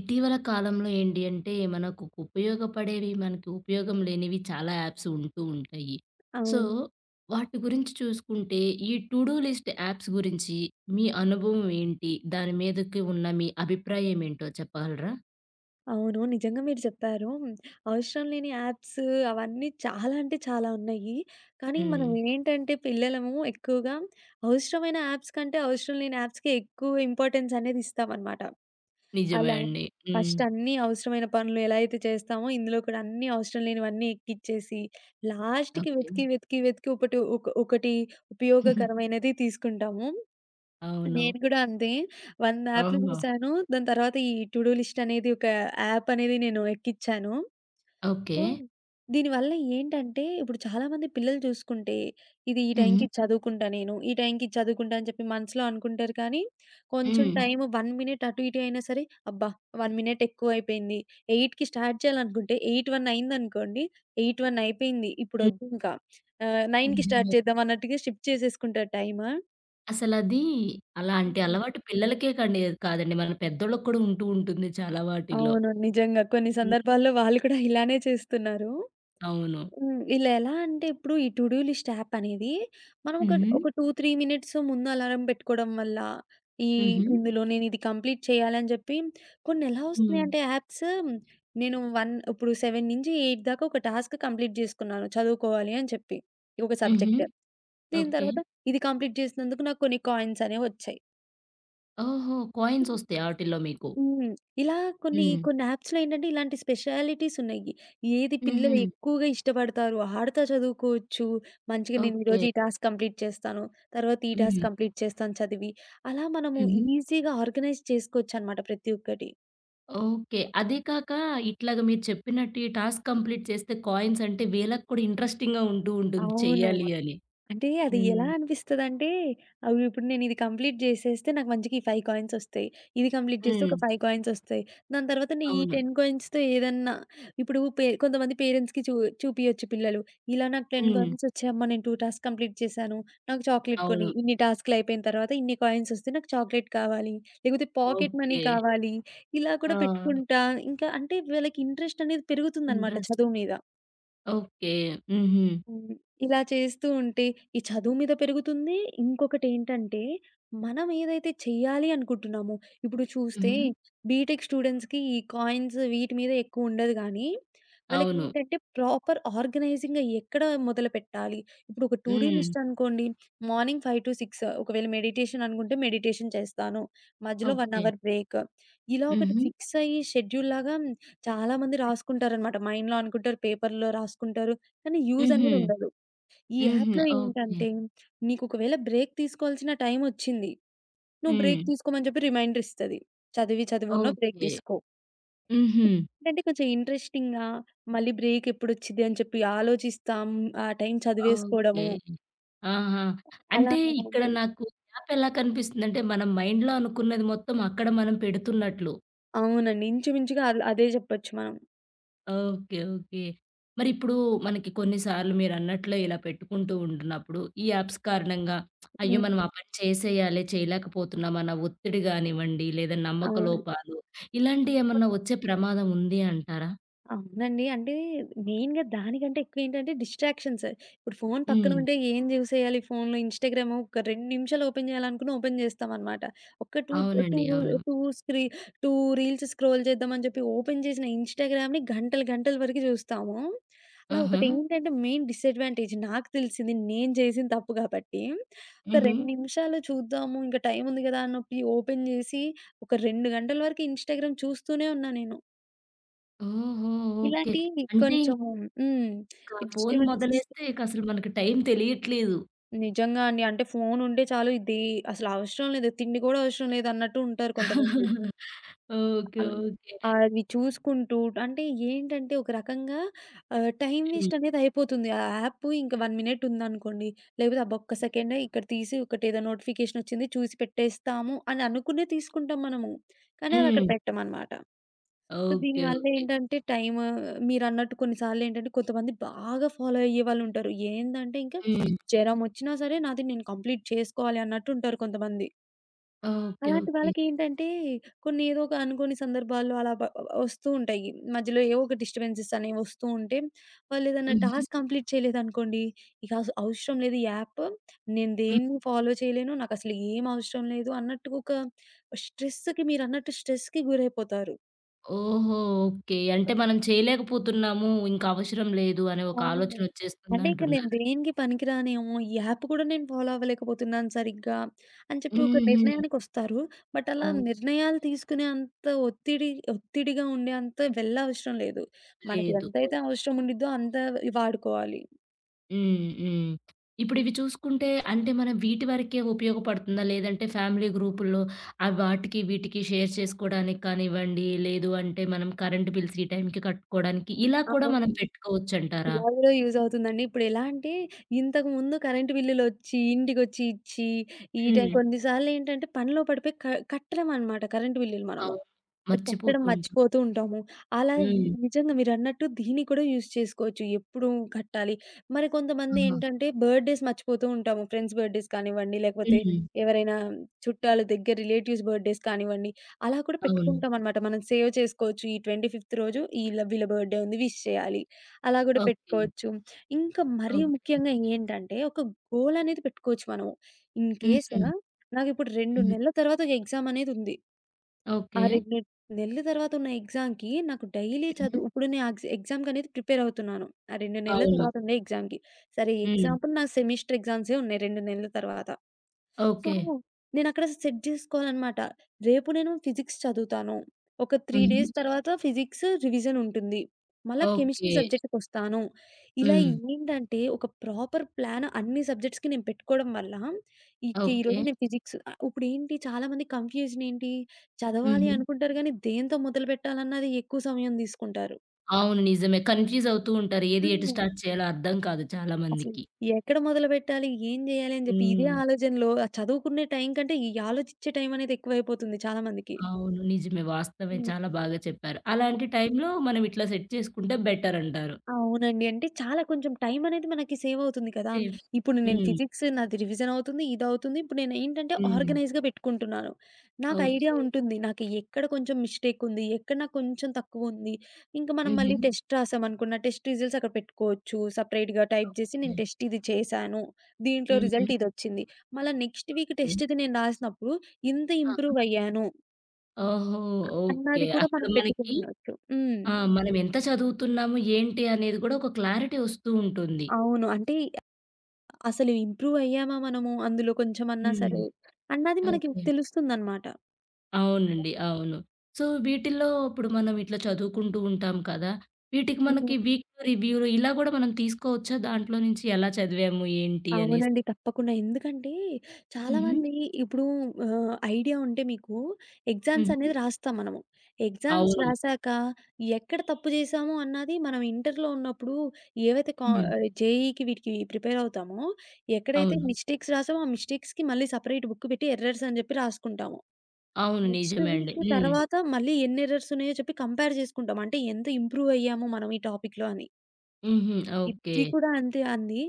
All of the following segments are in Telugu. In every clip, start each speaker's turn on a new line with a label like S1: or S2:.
S1: ఇటీవల కాలంలో ఏంటి అంటే, మనకు ఉపయోగపడేవి, మనకి ఉపయోగం లేనివి చాలా యాప్స్ ఉంటూ ఉంటాయి. సో,
S2: అవును.
S1: వాటి గురించి చూసుకుంటే, ఈ టు డూ లిస్ట్ యాప్స్ గురించి మీ అనుభవం ఏంటి? దాని మీదకి ఉన్న మీ అభిప్రాయం ఏంటో చెప్పగలరా?
S2: నిజంగా మీరు చెప్పారు. అవసరం లేని యాప్స్ అవన్నీ చాలా చాలా ఉన్నాయి. కానీ మనం
S1: హ్మ్.
S2: ఏంటంటే పిల్లలము ఎక్కువగా అవసరమైన యాప్స్ కంటే అవసరం లేని యాప్స్‌కే ఎక్కువ ఇంపార్టెన్స్ అనేది ఇస్తామనమాట.
S1: నిజమే
S2: అలా
S1: అండి. హ్మ్.
S2: ఫస్ట్ అన్నీ అవసరమైన పనులు ఎలా అయితే చేస్తామో ఇందులో కూడా అన్నీ అవసరం లేనివన్నీ ఎక్కిచ్చేసి లాస్ట్‌కి
S1: ఓకే.
S2: వెతికి ఒకటి ఉపయోగకరమైనది తీసుకుంటాము.
S1: అవును.
S2: నేను కూడా అంతే. 100 యాప్‌లు
S1: ఓహో!
S2: చూసాను. దాని తర్వాత ఈ టు డూ లిస్ట్ అనేది ఒక యాప్ అనేది నేను ఎక్కిచ్చాను.
S1: ఓకే.
S2: సో, దీనివల్ల ఏంటంటే ఇప్పుడు చాలామంది పిల్లలు చూసుకుంటే, ఇది ఈ టైంకి
S1: హ్మ్.
S2: ఇది చదువుకుంటా నేను, ఈ టైంకి ఇది చదువుకుంటా అని చెప్పి మనసులో అనుకుంటారు కానీ, కొంచెం
S1: హ్మ్.
S2: టైం 1 మినిట్ అటు ఇటు అయినా సరే, అబ్బా! 1 మినిట్ ఎక్కువైపోయింది. 8కి స్టార్ట్ చేయాలనుకుంటే 8:01 అయిందనుకోండి, 8:01 అయిపోయింది
S1: హ్మ్.
S2: ఇప్పుడొద్దింకా. 9కి స్టార్ట్
S1: నిజమే.
S2: చేద్దాం అన్నట్టుగా షిఫ్ట్ చేసేసుకుంటారు టైము.
S1: అసలది అలాంటి అలవాటు పిల్లలకే కండి కాదండి. మన పెద్దోళ్ళకి కూడా ఉంటూ ఉంటుంది చాలా వాటిల్లో.
S2: అవును. నిజంగా. కొన్ని సందర్భాల్లో వాళ్ళు కూడా ఇలానే చేస్తున్నారు.
S1: అవును.
S2: హ్మ్. ఇలా ఎలా అంటే ఇప్పుడు ఈ టు డూ లిస్ట్ యాప్ అనేది మనం ఒక,
S1: హ్మ్.
S2: ఒక 2, 3 మినిట్స్ ముందు అలారం పెట్టుకోవడం వల్ల ఈ
S1: హుహు.
S2: ఇందులో నేను ఇది కంప్లీట్ చేయాలని చెప్పి కొన్ని ఎలా
S1: హ్మ్.
S2: వస్తున్నాయంటే యాప్స్ నేను 1 ఇప్పుడు 7 నుంచి 8 దాకా ఒక టాస్క్ కంప్లీట్ చేసుకున్నాను చదువుకోవాలి అని చెప్పి. ఒక
S1: హుహు.
S2: సబ్జెక్ట్. దీని
S1: ఓకే.
S2: తర్వాత ఇది కంప్లీట్ చేసినందుకు నాకు కొన్ని కాయిన్స్ అనేవి వచ్చాయి.
S1: ఓహో! కాయిన్స్ వస్తాయి ఆటిల్లో మీకు.
S2: హ్మ్. ఇలా కొన్ని
S1: హ్మ్.
S2: కొన్ని యాప్స్‌లో ఏంటంటే ఇలాంటి స్పెషాలిటీస్ ఉన్నాయి. ఏది పిల్లలు
S1: హుహు.
S2: ఎక్కువగా ఇష్టపడతారు, ఆడుతా చదువుకోవచ్చు. మంచిగా నేను
S1: ఓకే.
S2: ఈరోజు ఈ టాస్క్ కంప్లీట్ చేస్తాను. తర్వాత ఈ టాస్క్
S1: హ్మ్.
S2: కంప్లీట్ చేస్తాను చదివి. అలా మనము
S1: హుహు.
S2: ఈజీగా ఆర్గనైజ్ చేసుకోవచ్చనమాట ప్రతి ఒక్కటి.
S1: ఓకే. అదే కాక ఇట్లాగ మీరు చెప్పినట్టు ఈ టాస్క్ కంప్లీట్ చేస్తే కాయిన్స్ అంటే వీళ్ళకి కూడా ఇంట్రెస్టింగ్‌గా ఉంటూ ఉంటుంది
S2: అవును.
S1: చెయ్యాలి అని.
S2: అంటే అది ఎలా
S1: హ్మ్.
S2: అనిపిస్తదంటే, అవి ఇప్పుడు నేను ఇది కంప్లీట్ జేసేస్తే నాకు మంచిగా ఈ 5 కాయిన్స్ ఒస్తాయి. ఇది కంప్లీట్ చేస్తే
S1: హ్మ్.
S2: ఒక 5 కాయిన్స్ ఒస్తాయి. దాని తర్వాత నే ఈ
S1: అవును.
S2: 10 కాయిన్స్‌తో ఏదన్నా ఇప్పుడు కొంతమంది పేరెంట్స్‌కి చూపియొచ్చు పిల్లలు. ఇలా నాకు 10
S1: హ్మ్.
S2: కాయిన్స్ వచ్చాయి అమ్మ నేను 2 టాస్క్ కంప్లీట్ చేశాను. నాకు చాక్లేట్ కొని.
S1: అవును.
S2: ఇన్ని టాస్క్‌లు అయిపోయిన తర్వాత ఇన్ని కాయిన్స్ ఒస్తే నాకు చాక్లేట్ కావాలి. లేకపోతే పాకెట్ మనీ
S1: ఓకే.
S2: కావాలి. ఇలా కూడా
S1: ఆ!
S2: పెట్టుకుంటా ఇంకా అంటే వీళ్ళకి ఇంట్రెస్ట్ అనేది పెరుగుతుందన్నమాట
S1: ఇంట్రెస్ట్.
S2: చదువు మీద.
S1: ఓకే. హుహు.
S2: హ్మ్. ఇలా చేస్తూ ఉంటే ఈ చదువు మీద పెరుగుతుంది. ఇంకొకటేంటంటే, మనం ఏదైతే చెయ్యాలి అనుకుంటున్నామో, ఇప్పుడు చూస్తే
S1: హ్మ్.
S2: బీటెక్ స్టూడెంట్స్‌కి ఈ కాయిన్స్ వీటి మీద ఎక్కువ ఉండదు గానీ,
S1: అవును.
S2: వాళ్ళకేంటంటే ప్రాపర్ ఆర్గనైజింగ్‌గా ఎక్కడ మొదలుపెట్టాలి? ఇప్పుడు ఒక టు డూ
S1: హ్మ్.
S2: లిస్ట్ అనుకోండి. మార్నింగ్ 5-6 ఒకవేళ మెడిటేషన్ అనుకుంటే మెడిటేషన్ చేస్తాను. మధ్యలో 1
S1: ఓకే.
S2: Hour break. ఇలా ఒకటి
S1: హుహు.
S2: ఫిక్స్ అయ్యి షెడ్యూల్‌లాగా చాలామంది రాసుకుంటారనమాట. మైండ్‌లో అనుకుంటారు, పేపర్‌లో రాసుకుంటారు. కానీ యూజ్
S1: హుహు.
S2: అనేదుండదు. ఈ
S1: హుహు.
S2: యాప్‌లో
S1: ఓకే.
S2: ఏంటంటే, నీకు ఒకవేళ బ్రేక్ తీసుకోవాల్సిన టైమొచ్చింది. నువ్వు
S1: హ్మ్.
S2: బ్రేక్ తీసుకోమని చెప్పి రిమైండర్ ఇస్తది. చదివి చదివున్నో బ్రేక్
S1: ఓకే.
S2: తీసుకో.
S1: హుహు.
S2: ఏంటంటే కొంచెం ఇంట్రెస్టింగ్‌గా మళ్ళీ బ్రేక్ ఎప్పుడొచ్చిద్ది అని చెప్పి ఆలోచిస్తాం. ఆ టైం
S1: ఓకే.
S2: చదివేసుకోవడము.
S1: ఆహా!
S2: అలా
S1: అంటే ఇక్కడ
S2: ఉంటుంది.
S1: నాకు యాప్ ఎలా కనిపిస్తుందంటే, మన మైండ్‌లో అనుకున్నది మొత్తం అక్కడ మనం పెడుతున్నట్లు.
S2: అవునండి. ఇంచుమించుగా అదే చెప్పొచ్చు మనం.
S1: ఓకే. ఓకే. మరిప్పుడు మనకి కొన్ని సార్లు మీరన్నట్లు ఇలా పెట్టుకుంటూ ఉంటున్నప్పుడు, ఈ యాప్స్ కారణంగా అయ్యో!
S2: హ్మ్.
S1: మనం ఆ పని చేసేయాలి, చేయలేకపోతున్నాం అన్న ఒత్తిడి గానివ్వండి, లేదా నమ్మక
S2: అవును.
S1: లోపాలు ఇలాంటియేమన్నా వచ్చే ప్రమాదం ఉంది అంటారా?
S2: అవునండి. అంటే మెయిన్‌గా దానికంటే ఎక్కువేంటంటే డిస్ట్రాక్షన్స్. ఇప్పుడు ఫోను పక్కన
S1: హ్మ్.
S2: ఉంటే ఏం చూసేయాలి ఫోనులో ఇన్‌స్టాగ్రామ్ ఒక 2 నిమిషాలు ఓపెన్ చేయాలనుకున్న ఓపెన్ చేస్తామనమాట. ఒక్క టూ టూ
S1: అవునండి. అవును.
S2: టూ స్క్రీ 2 రీల్స్ స్క్రోల్ చేద్దామని చెప్పి ఓపెన్ చేసిన ఇన్‌స్టాగ్రామ్‌ని గంటలు గంటల వరకు చూస్తాము. అలా
S1: ఆహా!
S2: ఒకటేంటంటే మెయిన్ డిసడ్వాంటేజ్ నాకు తెలిసింది నేను చేసిన తప్పు కాబట్టి. ఒక
S1: హుహు.
S2: 2 నిమిషాలు చూద్దాము ఇంకా టైం ఉంది కదా అని నొప్పి ఓపెన్ చేసి ఒక 2 గంటల వరకు ఇన్‌స్టాగ్రామ్ చూస్తూనే ఉన్నా నేను.
S1: ఓహో! ఓకే.
S2: ఇలాంటియి
S1: అంటే
S2: కొంచెము హ్మ్.
S1: ఇంకా ఫోను
S2: డిస్టర్బెన్సెస్
S1: మొదలేస్తే ఇక అసలు మనకి టైం తెలియట్లేదు.
S2: నిజంగా అండి. అంటే ఫోను ఉంటే చాలు ఇది అసలు అవసరం లేదు. తిండి గూడా అవసరం లేదన్నట్టు ఉంటారు కొంతమంది.
S1: ఓకే.
S2: అలా
S1: ఓకే.
S2: అవి చూసుకుంటూ అంటే ఏంటంటే ఒక రకంగా టైమ్
S1: హ్మ్.
S2: వేస్ట్ అనేది అయిపోతుంది. ఆ యాప్ ఇంక 1 మినిట్ ఉందనుకోండి. లేకపోతే అబ్బా! ఒక్క సెకండే ఇక్కడ తీసి ఒకటేదో నోటిఫికేషన్ వచ్చింది చూసి పెట్టేస్తాము అని అనుకునే తీసుకుంటాం మనము. కానీ అది అక్కడ
S1: హ్మ్.
S2: పెట్టమనమాట. So,
S1: okay. ఓకే.
S2: దీనివల్లేంటంటే టైము మీరన్నట్టు కొన్నిసార్లేంటంటే కొంతమంది బాగా ఫాలో అయ్యేవాళ్ళుంటారు. ఏందంటే ఇంకా
S1: హ్మ్.
S2: జరమొచ్చినా సరే నాది నేను కంప్లీట్ చేసుకోవాలి అన్నట్టుంటారు కొంతమంది.
S1: ఓకే.
S2: అలాంటి
S1: ఓకే.
S2: వాళ్ళకేంటంటే కొన్ని ఏదో ఒక అనుకోని సందర్భాల్లో అలా వస్తూ ఉంటాయి. మధ్యలో ఏవో ఒక డిస్టర్బెన్సెస్ అనేవొస్తూ ఉంటే వాళ్ళేదన్నా
S1: హుహు.
S2: టాస్క్ కంప్లీట్ చేయలేదనుకోండి, ఇక అవసరం లేదు ఈ యాప్. నేను
S1: హ్మ్.
S2: దేన్ని ఫాలో చేయలేను. నాకసలు ఏం అవసరం లేదు అన్నట్టుగా ఒక మీరన్నట్టు స్ట్రెస్‌కి గురైపోతారు.
S1: ఓహో! ఓకే. అంటే మనం చేయలేకపోతున్నాము, ఇంక అవసరం లేదు అనే ఒక
S2: అవును. అంటే ఇంక నేను
S1: ఆలోచనొచ్చేస్తుందంటున్నారు.
S2: దేనికి పనికిరానేమో, ఈ యాప్ కూడా నేను ఫాలో అవ్వలేకపోతున్నాను సరిగ్గా అని చెప్పి ఒక
S1: హుహు.
S2: నిర్ణయానికొస్తారు. బట్ అలా
S1: ఓహ్!
S2: నిర్ణయాలు తీసుకునే అంత ఒత్తిడిగా ఉండే అంత వెళ్ళవసరం లేదు. మనకి
S1: లేదు.
S2: ఎంతైతే అవసరం ఉండిద్దో అంత వాడుకోవాలి.
S1: హ్మ్. హ్మ్. ఇప్పుడివి చూసుకుంటే అంటే మనం వీటి వరకే ఉపయోగపడుతుందా? లేదంటే ఫ్యామిలీ గ్రూపుల్లో ఆ వాటికి, వీటికి షేర్ చేసుకోవడానికి కానివ్వండి, లేదు అంటే మనం కరెంట్ బిల్స్ ఈ టైంకి కట్టుకోవడానికి ఇలా కూడా
S2: అవును.
S1: మనం పెట్టుకోవచ్చంటారా?
S2: ఇలా కూడా యూజ్ అవుతుందండి. ఇప్పుడు ఎలా అంటే ఇంతకుముందు కరెంటు బిల్లులొచ్చి, ఇంటికొచ్చి ఇచ్చి, ఈ టైం
S1: హ్మ్.
S2: కొన్నిసార్లేంటంటే పనిలో పడిపోయి కట్టలేమనమాట కరెంటు బిల్లులు మనము.
S1: అవును.
S2: కొట్టడం
S1: మర్చిపోతూ ఉంటాం.
S2: మర్చిపోతూ ఉంటాము. అలా
S1: హ్మ్.
S2: నిజంగా మీరన్నట్టు దీన్ని కూడా యూజ్ చేసుకోవచ్చు. ఎప్పుడు కట్టాలి. మరి కొంతమంది
S1: ఆహా!
S2: ఏంటంటే బర్త్‌డేస్ మర్చిపోతూ ఉంటాము. ఫ్రెండ్స్ బర్త్‌డేస్ కానివ్వండి, లేకపోతే
S1: హ్మ్.
S2: ఎవరైనా చుట్టాలు దగ్గర రిలేటివ్స్ బర్త్‌డేస్ కానివ్వండి, అలా కూడా
S1: అవును.
S2: పెట్టుకుంటామనమాట. మనం సేవ్ చేసుకోవచ్చు. ఈ 25థ్ రోజు వీళ్ళ బర్త్‌డే ఉంది విష్ చేయాలి. అలా కూడా
S1: ఓకే.
S2: పెట్టుకోవచ్చు. ఇంకా మరీ
S1: ఓకే.
S2: ముఖ్యంగా ఏంటంటే ఒక గోల్ అనేది పెట్టుకోవచ్చు మనము. ఇన్‌కేస్
S1: హుహు.
S2: నాకిప్పుడు 2
S1: హ్మ్.
S2: నెలల తర్వాత ఒక ఎగ్జామ్ అనేది ఉంది. ఆ
S1: ఓకే.
S2: 2 నె నెల్ల తర్వాత ఉన్న ఎగ్జామ్‌కి నాకు డైలీ
S1: హుహు.
S2: చదువు ఇప్పుడు నేను ఆగ్స్ ఎగ్జామ్‌కనేది ప్రిపేర్ అవుతున్నాను. ఆ 2 నెల్ల
S1: అవును.
S2: తర్వాత ఉండే ఎగ్జామ్‌కి. సరే
S1: హ్మ్.
S2: ఎగ్జాంపుల్ నా సెమిస్టర్ ఎగ్జామ్సే ఉన్నాయి 2 నెల్ల తర్వాత. So,
S1: okay.
S2: నేనక్కడ సెట్ జేసుకోవాలనమాట. రేపు నేను ఫిజిక్స్ చదువుతాను. ఒక 3
S1: హుహు.
S2: డేస్ తర్వాత ఫిజిక్స్ రివిజన్ ఉంటుంది. మళ్ళా కెమిస్ట్రీ
S1: ఓకే.
S2: సబ్జెక్ట్‌కొస్తాను. ఇలా
S1: హ్మ్.
S2: ఏంటంటే, ఒక ప్రాపర్ ప్లాన్ అన్ని సబ్జెక్ట్స్‌కి నేను పెట్టుకోవడం వల్ల, ఇక
S1: ఓకే.
S2: ఈరోజు నేను ఫిజిక్స్ ఇప్పుడేంటి చాలామంది కన్‌ఫ్యూజన్ ఏంటి? చదవాలి
S1: హుహు.
S2: అనుకుంటారు గానీ, దేంతో మొదలుపెట్టాలన్నది ఎక్కువ సమయం తీసుకుంటారు.
S1: అవును. నిజమే. కన్‌ఫ్యూజ్ అవుతూ ఉంటారు. ఏది ఎటు
S2: హ్మ్.
S1: స్టార్ట్ చేయాలో అర్థం కాదు చాలా
S2: అసలు
S1: మందికి.
S2: ఎక్కడ మొదలుపెట్టాలి? ఏం జేయాలి? అని జెప్పి ఇదే
S1: హ్మ్.
S2: ఆలోచనలో ఆ చదువుకునే టైం కంటే, ఈ ఆలోచిచ్చే టైం అనేది ఎక్కువైపోతుంది చాలా మందికి.
S1: అవును. నిజమే. వాస్తవమే.
S2: హ్మ్.
S1: చాలా బాగా చెప్పారు. అలాంటి టైంలో మనం ఇట్లా సెట్ చేసుకుంటే బెటర్ అంటారు.
S2: అవునండి. అంటే చాలా కొంచెం టైమనేది మనకి సేవవుతుంది కదా!
S1: సేమ్.
S2: ఇప్పుడు నేను
S1: హ్మ్.
S2: ఫిజిక్స్ నాది రివిజనవుతుంది, ఇదవుతుంది. ఇప్పుడు నేనేంటంటే
S1: హ్మ్.
S2: ఆర్గనైజ్‌గా పెట్టుకుంటున్నాను. నాకు ఐడియా
S1: ఓకే.
S2: ఉంటుంది. నాకు ఎక్కడ కొంచెం మిస్టేకుంది, ఎక్కడ నాకు కొంచెం తక్కువుంది. ఇంక మనం
S1: హుహు.
S2: మళ్ళీ టెస్ట్ రాసామనుకున్న టెస్ట్ రిజల్ట్స్ అక్కడ పెట్టుకోవచ్చు. సెపరేట్‌గా టైప్ జేసి నేను
S1: యాహ్!
S2: టెస్ట్ ఇది చేశాను. దీంట్లో
S1: హుహు.
S2: రిజల్ట్ ఇదొచ్చింది. మళ్ళా నెక్స్ట్ వీక్
S1: ఓకే.
S2: టెస్ట్ ఇది నేను రాసినప్పుడు ఇంత
S1: ఆహా!
S2: ఇంప్రూవయ్యాను
S1: ఓహో! ఓకే.
S2: అన్నది కూడా
S1: అక్కడ
S2: మనం
S1: మనకి
S2: పెట్టుకోనుండొచ్చు. హ్మ్.
S1: ఆ! మనం ఎంత చదువుతున్నాము, ఏంటి అనేది గూడా ఒక క్లారిటీ వస్తూ ఉంటుంది.
S2: అవును. అంటే అసలు ఇంప్రూవ్ అయ్యామా మనము అందులో కొంచెమన్నా
S1: హ్మ్.
S2: సరే, అన్నది మనకి
S1: ఓకే.
S2: తెలుస్తుందనమాట.
S1: అవునండి. అవును. సో, వీటిల్లో ఇప్పుడు మనం ఇట్లా చదువుకుంటూ ఉంటాం కదా! వీటికి
S2: హ్మ్.
S1: మనకి వీక్‌లో రివ్యూలు ఇలా గూడా మనం తీసుకోవచ్చా? దాంట్లో నుంచి ఎలా చదివాము? ఏంటి? అనేసి.
S2: అవునండి. తప్పకుండా. ఎందుకంటే
S1: హుహు.
S2: చాలామంది ఇప్పుడు ఐడియా ఉంటే మీకు ఎగ్జామ్స్
S1: హుహు.
S2: అనేది రాస్తాం మనము. ఎగ్జామ్స్
S1: అవును.
S2: రాసాక ఎక్కడ తప్పు చేశాము అన్నది మనం ఇంటర్‌లో ఉన్నప్పుడు ఏవైతే కా
S1: హ్మ్.
S2: జేఈకి వీటికి ప్రిపేర్ అవుతామో, ఎక్కడైతే
S1: అవును.
S2: మిస్టేక్స్ రాసామో ఆ మిస్టేక్స్‌కి మళ్ళీ సెపరేట్ బుక్ పెట్టి ఎర్రర్స్ అని చెప్పి రాసుకుంటాము.
S1: అవును.
S2: నెక్స్ట్
S1: నిజమే అండి.
S2: వీక్
S1: హ్మ్.
S2: తర్వాత మళ్ళీ ఎన్ని ఎర్రర్స్ ఉన్నాయో చెప్పి కంపేర్ చేసుకుంటాం. అంటే ఎంత ఇంప్రూవ్ అయ్యామో మనం ఈ టాపిక్‌లో అని.
S1: హుహు. ఓకే.
S2: ఇది కూడా అంతే అండి.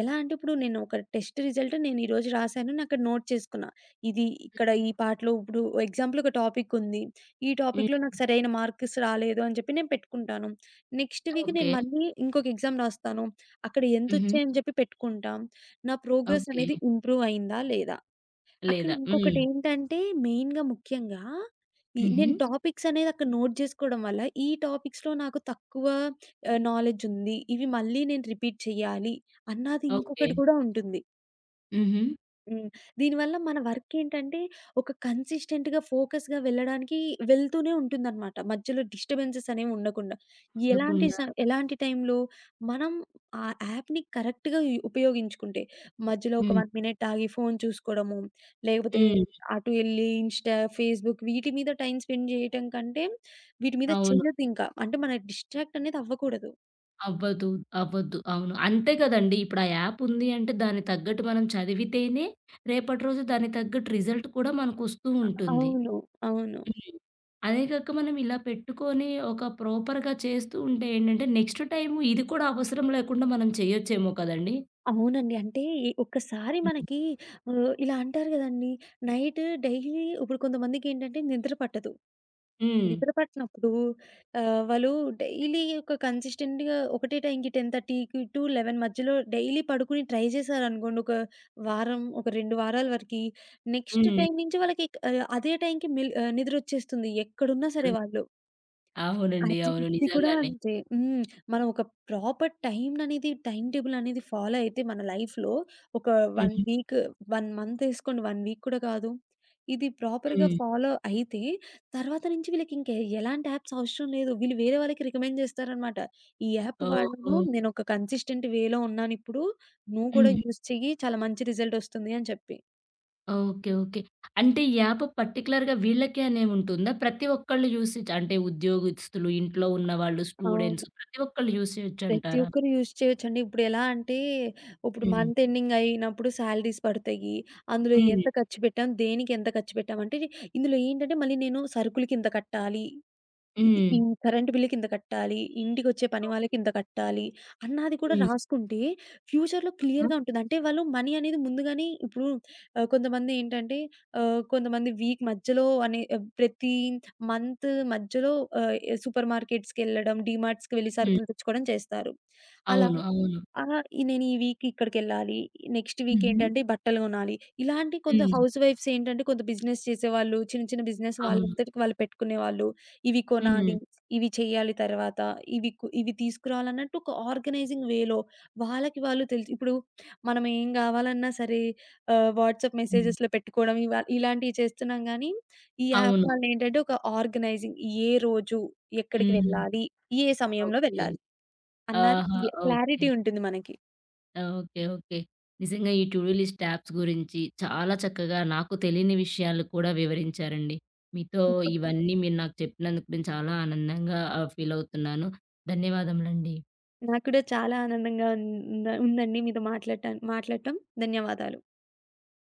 S2: ఎలా అంటే ఇప్పుడు నేను ఒక టెస్ట్ రిజల్ట్ నేను ఈరోజు రాసాను. నేను అక్కడ నోట్ చేసుకున్నా. ఇది ఇక్కడ ఈ పార్ట్‌లో ఇప్పుడు ఎగ్జాంపుల్ ఒక టాపిక్ ఉంది. ఈ
S1: హ్మ్.
S2: టాపిక్‌లో నాకు సరైన మార్క్స్ రాలేదు అని చెప్పి నేను పెట్టుకుంటాను. Next week
S1: okay.
S2: నేను మళ్ళీ ఇంకొక ఎగ్జామ్ రాస్తాను. అక్కడ
S1: హుహు.
S2: ఎంతొచ్చాయని చెప్పి పెట్టుకుంటాం. నా ప్రోగ్రెస్
S1: ఓకే.
S2: అనేది ఇంప్రూవ్ అయిందా లేదా? అక్కడ
S1: లేదా? హ్మ్.
S2: ఇంకొకటేంటంటే, మెయిన్‌గా ముఖ్యంగా ఈ
S1: హుహు.
S2: నేను టాపిక్స్ అనేది అక్కడ నోట్ జేసుకోవడం వల్ల, ఈ టాపిక్స్‌లో నాకు తక్కువ నాలెడ్జ్ ఉంది. ఇవి మళ్ళీ నేను రిపీట్ చేయాలి అన్నది
S1: ఓకే.
S2: ఇంకొకటి కూడా ఉంటుంది.
S1: హుహు.
S2: హ్మ్. దీనివల్ల మన వర్కేంటంటే, ఒక కన్సిస్టెంట్‌గా, ఫోకస్‌గా వెళ్ళడానికి వెళ్తూనే ఉంటుందనమాట. మధ్యలో డిస్టర్బెన్సెస్ అనేవి ఉండకుండా. ఎలాంటి
S1: ఉండకుండా.
S2: స ఎలాంటి టైంలో మనం ఆ యాప్‌ని కరెక్ట్‌గా ఉపయోగించుకుంటే, మధ్యలో ఒక
S1: హ్మ్.
S2: 1 మినిట్ ఆగి ఫోను చూసుకోవడము, లేకపోతే
S1: హ్మ్.
S2: అటు ఎళ్లి ఇన్‌స్టా, ఫేస్‌బుక్ వీటి మీద టైమ్ స్పెండ్ చేయటం కంటే, వీటి మీద
S1: అవును.
S2: చెయ్యొద్దింకా. అంటే, మన డిస్ట్రాక్ట్ అనేది అవ్వకూడదు.
S1: అవ్వదు. అవ్వద్దు. అవును. అంతే కదండీ! ఇప్పుడు ఆ యాప్ ఉంది అంటే దానికి తగ్గట్టు మనం చదివితేనే రేపటి రోజు దానికి తగ్గట్టు రిజల్ట్ కూడా మనకొస్తూ ఉంటుంది.
S2: అవును. అవును.
S1: హ్మ్. అదే కాక మనం ఇలా పెట్టుకొని ఒక ప్రాపర్‌గా చేస్తూ ఉంటే ఏంటంటే నెక్స్ట్ టైము ఇది కూడా అవసరం లేకుండా మనం చేయొచ్చేమో కదండీ!
S2: అవునండి. అంటే ఈ ఒక్కసారి
S1: హ్మ్.
S2: మనకి ఇలా అంటారు గదండీ! నైట్ డైలీ ఇప్పుడు కొంతమందికేంటంటే నిద్ర పట్టదు.
S1: హ్మ్.
S2: నిద్ర పట్టనప్పుడు వాళ్ళు డైలీ ఒక కన్సిస్టెంట్‌గా ఒకటే టైంకి 10:30-11 మధ్యలో డైలీ పడుకుని ట్రై జేశారనుకోండి. ఒక వారం, ఒక 2 వారాల వరకి నెక్స్ట్
S1: హ్మ్.
S2: టైం నుంచి వాళ్ళకి అదే టైంకి నిద్రొచ్చేస్తుంది. ఎక్కడున్నా సరే
S1: నిద్రొస్
S2: వాళ్ళు.
S1: అవునండి.
S2: అది
S1: అవును.
S2: ఇది కూడా
S1: నిజంగానే.
S2: అంతే. హ్మ్. మనం ఒక ప్రాపర్ టైంననేది టైమ్ టేబుల్ అనేది ఫాలో అయితే మన లైఫ్‌లో ఒక 1
S1: హుహు.
S2: Week, 1 month ఏసుకోండి. 1 వీక్ కూడా కాదు. ఇది ప్రాపర్‌గా
S1: హ్మ్.
S2: ఫాలో అయితే తర్వాత నుంచి వీళ్ళకి ఇంక ఎలాంటి యాప్స్ అవసరం లేదు. వీళ్ళు వేరే వాళ్ళకి రికమెండ్ చేస్తారనమాట. "ఈ యాప్ వాడను.
S1: ఓహో!
S2: నేనొక కన్సిస్టెంట్ వేలో ఉన్నానిప్పుడు. నువ్వు కూడా
S1: హ్మ్.
S2: యూజ్ చెయ్యి. చాలా మంచి రిజల్ట్ వస్తుంది" అని చెప్పి.
S1: ఓకే. ఓకే. అంటే ఈ యాప్ పర్టిక్యులర్‌గా వీళ్ళకే అనేవుంటుందా? ప్రతి ఒక్కళ్ళు యూస్ అంటే ఉద్యోగస్తులు, ఇంట్లో ఉన్నవాళ్ళు,
S2: అవును.
S1: స్టూడెంట్స్ ప్రతి ఒక్కళ్ళు యూజ్
S2: ప్రతి
S1: చేయొచ్చంటారా?
S2: ఒక్కరు యూజ్ చేయొచ్చండి. ఇప్పుడెలా అంటే, ఇప్పుడు
S1: హ్మ్.
S2: మంత్ ఎండింగ్ అయినప్పుడు శాలరీస్ పడతాయి. అందులో
S1: హ్మ్.
S2: ఎంత ఖర్చు పెట్టాం, దేనికి ఎంత ఖర్చు పెట్టాం అంటే, ఇందులో ఏంటంటే, మళ్ళీ నేను సరుకులకి ఇంత కట్టాలి. ఇది
S1: హ్మ్.
S2: ఈ కరెంట్ బిల్‌కింత కట్టాలి, ఇంటికొచ్చే పని
S1: ఓకే.
S2: వాళ్ళకింత కట్టాలి అన్నది కూడా
S1: హ్మ్.
S2: రాసుకుంటే ఫ్యూచర్‌లో
S1: ఆ!
S2: క్లియర్‌గా ఉంటుంది. అంటే వాళ్ళు మనీ అనేది ముందుగానే ఇప్పుడు కొంతమంది ఏంటంటే కొంతమంది వీక్ మధ్యలో ప్రతి మంత్ మధ్యలో ఆహ్, సూపర్ మార్కెట్స్‌కెళ్ళడం, డీమార్ట్స్‌కి వెళ్లి
S1: హ్మ్.
S2: సరుకులు తెచ్చుకోవడం చేస్తారు. అలా
S1: అవును. అవును.
S2: ఆ! ఈ నేను ఈ వీక్ ఇక్కడికెళ్ళాలి. నెక్స్ట్ వీక్
S1: హుహు.
S2: ఏంటంటే బట్టలు కొనాలి. ఇలాంటి కొంత
S1: హ్మ్.
S2: హౌస్ వైఫ్స్ ఏంటంటే కొంత బిజినెస్ చేసేవాళ్ళు, చిన్న చిన్న బిజినెస్
S1: అవును.
S2: వాళ్ళంతటికి వాళ్ళు పెట్టుకునేవాళ్ళు. ఇవి
S1: హ్మ్.
S2: కొనాలి, ఇవి చేయాలి తర్వాత, ఇవి తీసుకురావాలన్నట్టు ఒక ఆర్గనైజింగ్ వేలో వాళ్ళకి వాళ్ళు తెలుసు. ఇప్పుడు మనం ఏం కావాలన్నా సరే వాట్సాప్
S1: హ్మ్.
S2: మెసేజెస్‌లో పెట్టుకోవడం ఇలాంటివి చేస్తున్నాం గానీ, ఈ యాప్
S1: అవును.
S2: వాళ్ళేంటంటే ఒక ఆర్గనైజింగ్ ఏ రోజు ఎక్కడికి
S1: హ్మ్.
S2: వెళ్ళాలి, ఏ సమయంలో
S1: ఓకే.
S2: వెళ్ళాలి
S1: ఆహా!
S2: అన్నది
S1: ఓకే.
S2: క్లారిటీ ఉంటుంది మనకి.
S1: ఓకే. ఓకే. నిజంగా ఈ టు డూ లిస్ట్ యాప్స్ గురించి చాలా చక్కగా నాకు తెలియని విషయాలు కూడా వివరించారండి. మీతో ఇవన్నీ మీరు నాకు చెప్పినందుకు నేను చాలా ఆనందంగా ఫీల్ అవుతున్నాను. ధన్యవాదములండి.
S2: నాకు కూడా చాలా ఆనందంగా ఉం ఉంద ఉందండి మీతో మాట్లాడటం మాట్లాడటం. ధన్యవాదాలు.